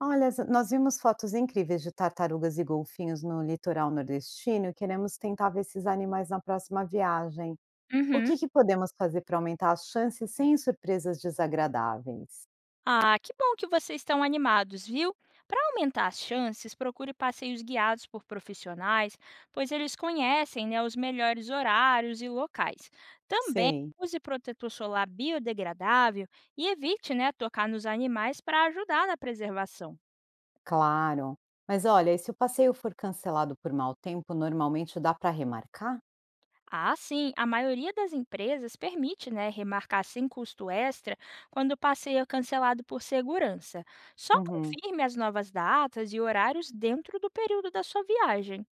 Olha, nós vimos fotos incríveis de tartarugas e golfinhos no litoral nordestino e queremos tentar ver esses animais na próxima viagem. O Uhum. que, que podemos fazer para aumentar as chances sem surpresas desagradáveis? Ah, que bom que vocês estão animados, viu? Para aumentar as chances, procure passeios guiados por profissionais, pois eles conhecem, né, os melhores horários e locais. Também Sei. use protetor solar biodegradável e evite, né, tocar nos animais para ajudar na preservação. Claro. Mas olha, e se o passeio for cancelado por mau tempo, normalmente dá para remarcar? Ah, sim, a maioria das empresas permite, né, remarcar sem custo extra quando o passeio é cancelado por segurança. Só Uhum, confirme as novas datas e horários dentro do período da sua viagem.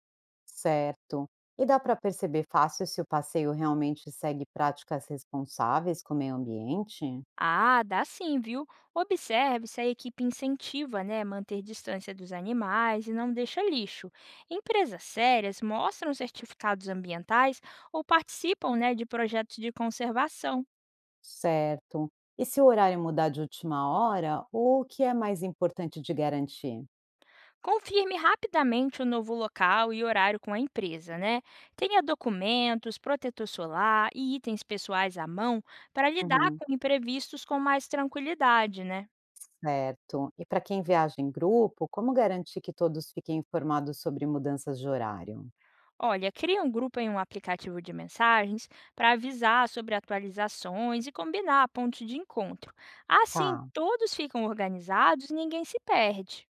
certo. E dá para perceber fácil se o passeio realmente segue práticas responsáveis com o meio ambiente? Ah, dá sim, viu? Observe se a equipe incentiva, né, manter distância dos animais e não deixa lixo. Empresas sérias mostram certificados ambientais ou participam, né, de projetos de conservação. Certo. E se o horário mudar de última hora, o que é mais importante de garantir? Confirme rapidamente o novo local e horário com a empresa, né? Tenha documentos, protetor solar e itens pessoais à mão para lidar Uhum. com imprevistos com mais tranquilidade, né? Certo. E para quem viaja em grupo, como garantir que todos fiquem informados sobre mudanças de horário? Olha, crie um grupo em um aplicativo de mensagens para avisar sobre atualizações e combinar pontos de encontro. Assim, Tá. todos ficam organizados e ninguém se perde.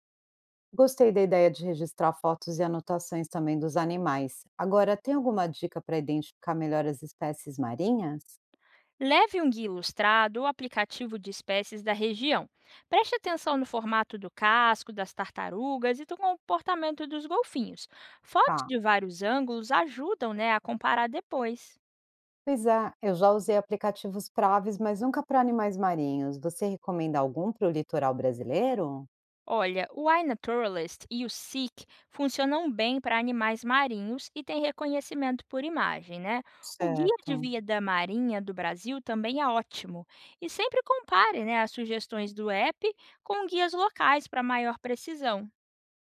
Gostei da ideia de registrar fotos e anotações também dos animais. Agora, tem alguma dica para identificar melhor as espécies marinhas? Leve um guia ilustrado ou aplicativo de espécies da região. Preste atenção no formato do casco, das tartarugas e do comportamento dos golfinhos. Fotos Tá. de vários ângulos ajudam, né, a comparar depois. Pois é, eu já usei aplicativos para aves, mas nunca para animais marinhos. Você recomenda algum para o litoral brasileiro? Olha, o iNaturalist e o Seek funcionam bem para animais marinhos e têm reconhecimento por imagem, né? O Guia de Certo. Vida Marinha do Brasil também é ótimo. E sempre compare, né, as sugestões do app com guias locais para maior precisão.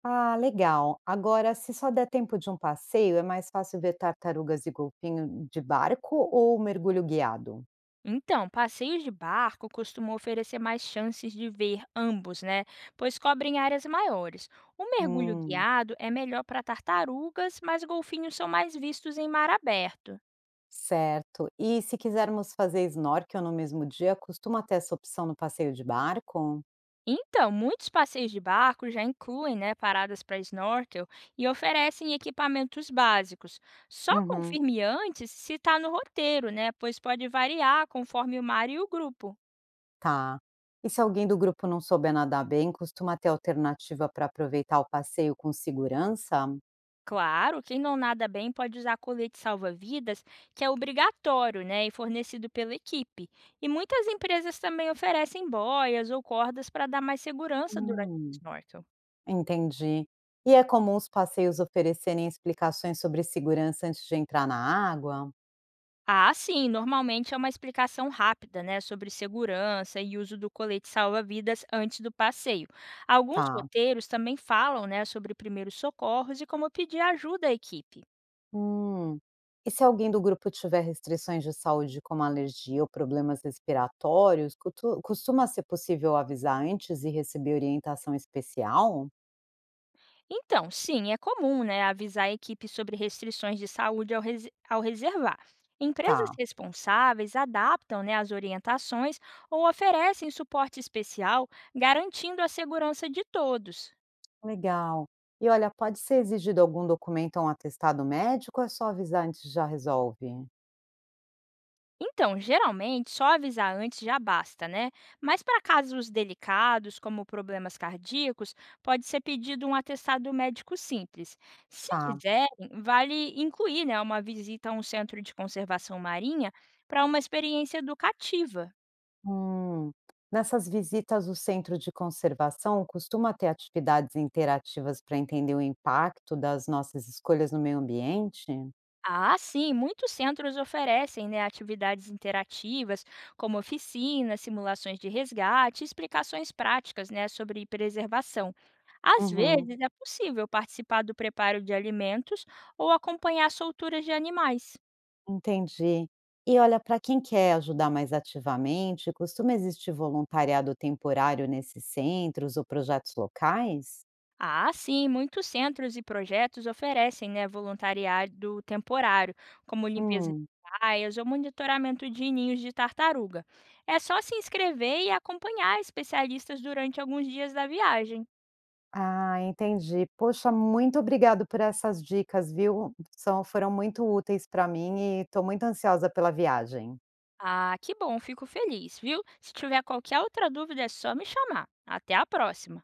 Ah, legal. Agora, se só der tempo de um passeio, é mais fácil ver tartarugas e golfinho de barco ou mergulho guiado? Então, passeios de barco costumam oferecer mais chances de ver ambos, né? Pois cobrem áreas maiores. O mergulho Hum, guiado é melhor para tartarugas, mas golfinhos são mais vistos em mar aberto. certo. E se quisermos fazer snorkel no mesmo dia, costuma ter essa opção no passeio de barco? Então, muitos passeios de barco já incluem, né, paradas para snorkel e oferecem equipamentos básicos. Só Uhum, confirme antes se está no roteiro, né? Pois pode variar conforme o mar e o grupo. tá. E se alguém do grupo não souber nadar bem, costuma ter alternativa para aproveitar o passeio com segurança? Claro, quem não nada bem pode usar colete salva-vidas, que é obrigatório, né, e fornecido pela equipe. E muitas empresas também oferecem boias ou cordas para dar mais segurança durante o Hum, snorkel. entendi. E é comum os passeios oferecerem explicações sobre segurança antes de entrar na água? Ah, sim, normalmente é uma explicação rápida, né, sobre segurança e uso do colete salva-vidas antes do passeio. Alguns Tá. roteiros também falam, né, sobre primeiros socorros e como pedir ajuda à equipe. Hum. E se alguém do grupo tiver restrições de saúde, como alergia ou problemas respiratórios, costuma ser possível avisar antes e receber orientação especial? Então, sim, é comum, né, avisar a equipe sobre restrições de saúde ao reservar. Empresas Tá, responsáveis adaptam, né, as orientações ou oferecem suporte especial, garantindo a segurança de todos. legal. E olha, pode ser exigido algum documento ou um atestado médico ou é só avisar antes e já resolve? Então, geralmente, só avisar antes já basta, né? Mas para casos delicados, como problemas cardíacos, pode ser pedido um atestado médico simples. Se Tá. quiserem, vale incluir, né, uma visita a um centro de conservação marinha para uma experiência educativa. Hum. Nessas visitas, o centro de conservação costuma ter atividades interativas para entender o impacto das nossas escolhas no meio ambiente? Ah, sim, muitos centros oferecem, né, atividades interativas, como oficinas, simulações de resgate, e explicações práticas, né, sobre preservação. Às Uhum. vezes, é possível participar do preparo de alimentos ou acompanhar solturas de animais. Entendi. E olha, para quem quer ajudar mais ativamente, costuma existir voluntariado temporário nesses centros ou projetos locais? Ah, sim, muitos centros e projetos oferecem, né, voluntariado temporário, como limpeza de Hum, praias ou monitoramento de ninhos de tartaruga. É só se inscrever e acompanhar especialistas durante alguns dias da viagem. ah, entendi. Poxa, muito obrigado por essas dicas, viu? São, foram muito úteis para mim e estou muito ansiosa pela viagem. Ah, que bom, fico feliz, viu? Se tiver qualquer outra dúvida, é só me chamar. Até a próxima!